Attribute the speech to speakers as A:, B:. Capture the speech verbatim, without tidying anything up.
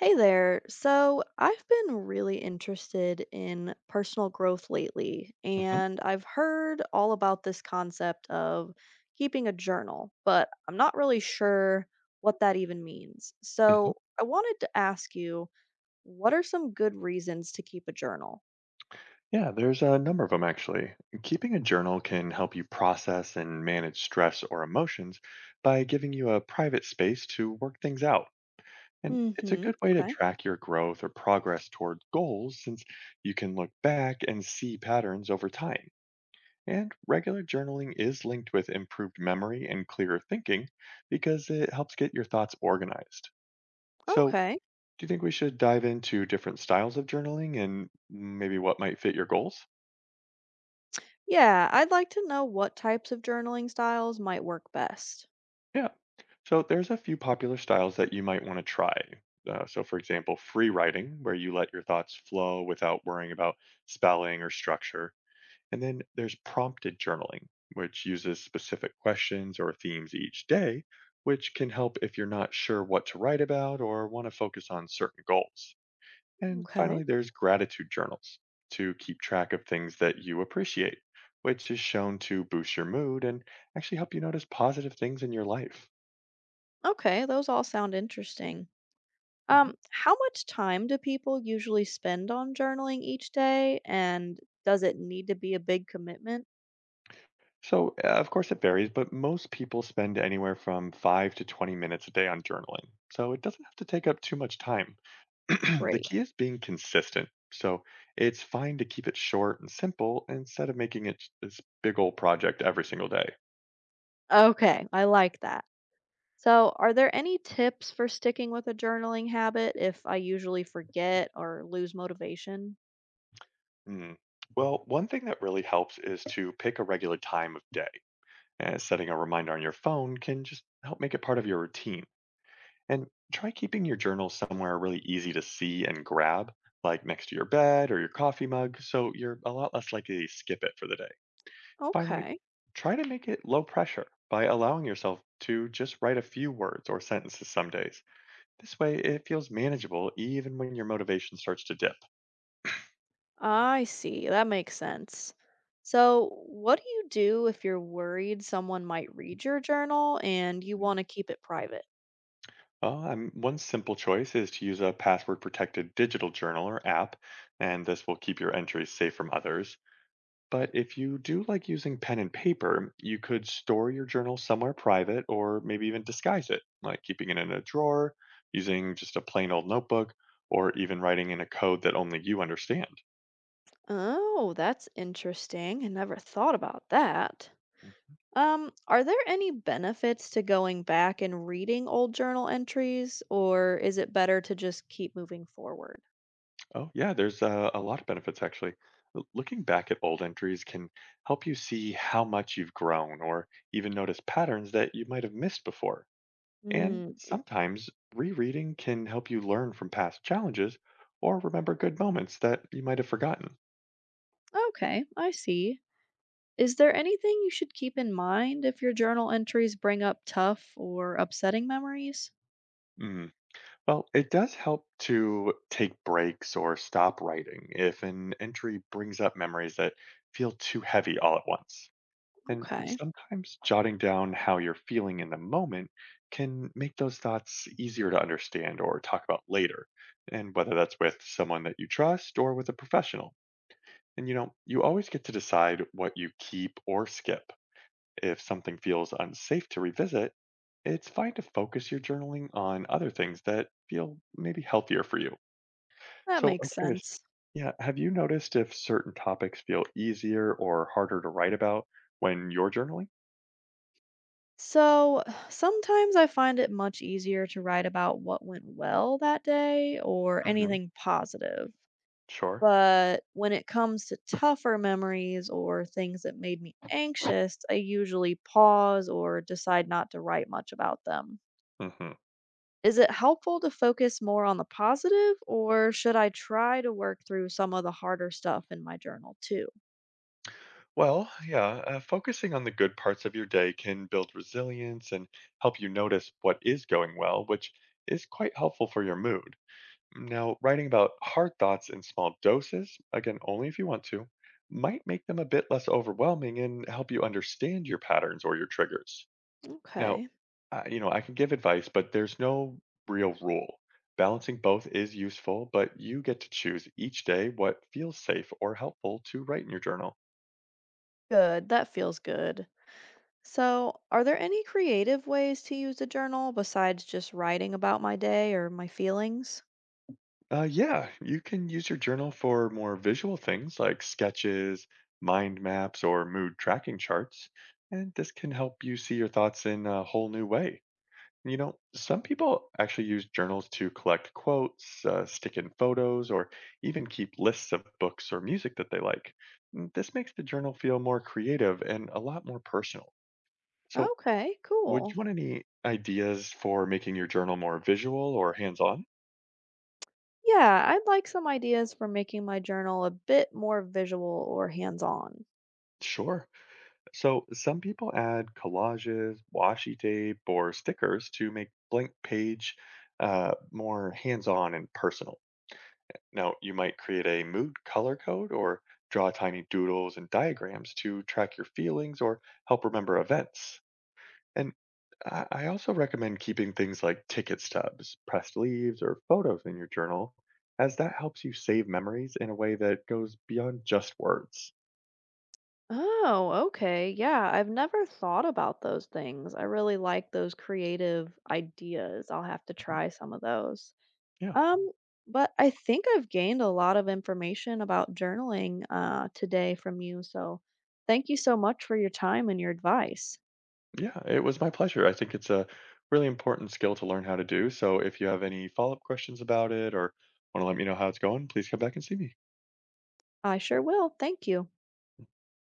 A: Hey there. So, I've been really interested in personal growth lately,
B: Mhm,
A: and I've heard all about this concept of keeping a journal, but I'm not really sure what that even means.
B: mhm.
A: So, I wanted to ask you, what are some good reasons to keep a journal?
B: Yeah, there's a number of them actually. Keeping a journal can help you process and manage stress or emotions by giving you a private space to work things out. And it's a
A: hmm
B: good way to
A: Okay.
B: track your growth or progress toward goals since you can look back and see patterns over time. And regular journaling is linked with improved memory and clearer thinking because it helps get your thoughts organized. So,
A: Okay.
B: do you think we should dive into different styles of journaling and maybe what might fit your goals?
A: Yeah, I'd like to know what types of journaling styles might work best.
B: Yeah. So there's a few popular styles that you might want to try. Uh, so, for example, free writing, where you let your thoughts flow without worrying about spelling or structure. And then there's prompted journaling, which uses specific questions or themes each day, which can help if you're not sure what to write about or want to focus on certain goals. And finally,
A: Okay.
B: there's gratitude journals to keep track of things that you appreciate, which is shown to boost your mood and actually help you notice positive things in your life.
A: Okay, those all sound interesting.
B: Mhm.
A: Um, how much time do people usually spend on journaling each day? And does it need to be a big commitment?
B: So, uh, of course, it varies, but most people spend anywhere from five to twenty minutes a day on journaling. So, it doesn't have to take up too much time. The
A: Great.
B: key is being consistent. So, it's fine to keep it short and simple instead of making it this big old project every single day.
A: Okay, I like that. So, are there any tips for sticking with a journaling habit if I usually forget or lose motivation?
B: Mm. Well, one thing that really helps is to pick a regular time of day. And setting a reminder on your phone can just help make it part of your routine. And try keeping your journal somewhere really easy to see and grab, like next to your bed or your coffee mug, so you're a lot less likely to skip it for the day. Finally,
A: Okay,
B: try to make it low pressure by allowing yourself to just write a few words or sentences some days. This way, it feels manageable even when your motivation starts to dip.
A: I see. That makes sense. So, what do you do if you're worried someone might read your journal and you
B: Mm.
A: want to keep it private?
B: Oh, um, one simple choice is to use a password protected digital journal or app, and this will keep your entries safe from others. But if you do like using pen and paper, you could store your journal somewhere private or maybe even disguise it, like keeping it in a drawer, using just a plain old notebook, or even writing in a code that only you understand.
A: Oh, that's interesting. I never thought about that.
B: Mhm.
A: Um, are there any benefits to going back and reading old journal entries, or is it better to just keep moving forward?
B: Oh, yeah, there's uh, a lot of benefits actually. L- Looking back at old entries can help you see how much you've grown or even notice patterns that you might have missed before. And
A: Hmm.
B: sometimes rereading can help you learn from past challenges or remember good moments that you might have forgotten.
A: Okay, I see. Is there anything you should keep in mind if your journal entries bring up tough or upsetting memories?
B: Mm. Well, it does help to take breaks or stop writing if an entry brings up memories that feel too heavy all at once. And
A: Okay,
B: sometimes jotting down how you're feeling in the moment can make those thoughts easier to understand or talk about later. And whether that's with someone that you trust or with a professional. And you know, you always get to decide what you keep or skip. If something feels unsafe to revisit, it's fine to focus your journaling on other things that feel maybe healthier for you.
A: that
B: So I'm
A: makes
B: curious,
A: sense.
B: yeah, have you noticed if certain topics feel easier or harder to write about when you're journaling?
A: So sometimes I find it much easier to write about what went well that day or
B: Hmm.
A: anything positive.
B: Sure.
A: But when it comes to tougher memories or things that made me anxious, I usually pause or decide not to write much about them.
B: Hmm.
A: Is it helpful to focus more on the positive, or should I try to work through some of the harder stuff in my journal too?
B: Well, yeah, uh, focusing on the good parts of your day can build resilience and help you notice what is going well, which is quite helpful for your mood. Now, writing about hard thoughts in small doses, again, only if you want to, might make them a bit less overwhelming and help you understand your patterns or your triggers. Now,
A: Okay,
B: uh, you know, I can give advice, but there's no real rule. Balancing both is useful, but you get to choose each day what feels safe or helpful to write in your journal.
A: good. That feels good. So, are there any creative ways to use a journal besides just writing about my day or my feelings?
B: Uh, yeah, you can use your journal for more visual things like sketches, mind maps, or mood tracking charts. And this can help you see your thoughts in a whole new way. You know, some people actually use journals to collect quotes, uh, stick in photos, or even keep lists of books or music that they like. Mm, this makes the journal feel more creative and a lot more personal. So,
A: Okay,
B: would you
A: cool.
B: want any ideas for making your journal more visual or hands on?
A: Yeah, I'd like some ideas for making my journal a bit more visual or hands on.
B: Sure. So some people add collages, washi tape, or stickers to make blank page uh, more hands-on and personal. Now you might create a mood color code or draw tiny doodles and diagrams to track your feelings or help remember events. And I I also recommend keeping things like ticket stubs, pressed leaves, or photos in your journal, as that helps you save memories in a way that goes beyond just words.
A: Oh, okay. Yeah, I've never thought about those things. I really like those creative ideas. I'll have to
B: Mhm.
A: try some of those.
B: Yeah.
A: Um, but I think I've gained a lot of information about journaling uh, today from you. So thank you so much for your time and your advice.
B: Yeah, it was my pleasure. I think it's a really important skill to learn how to do. So if you have any follow-up questions about it or want to let me know how it's going, please come back and see me.
A: I sure will. Thank you.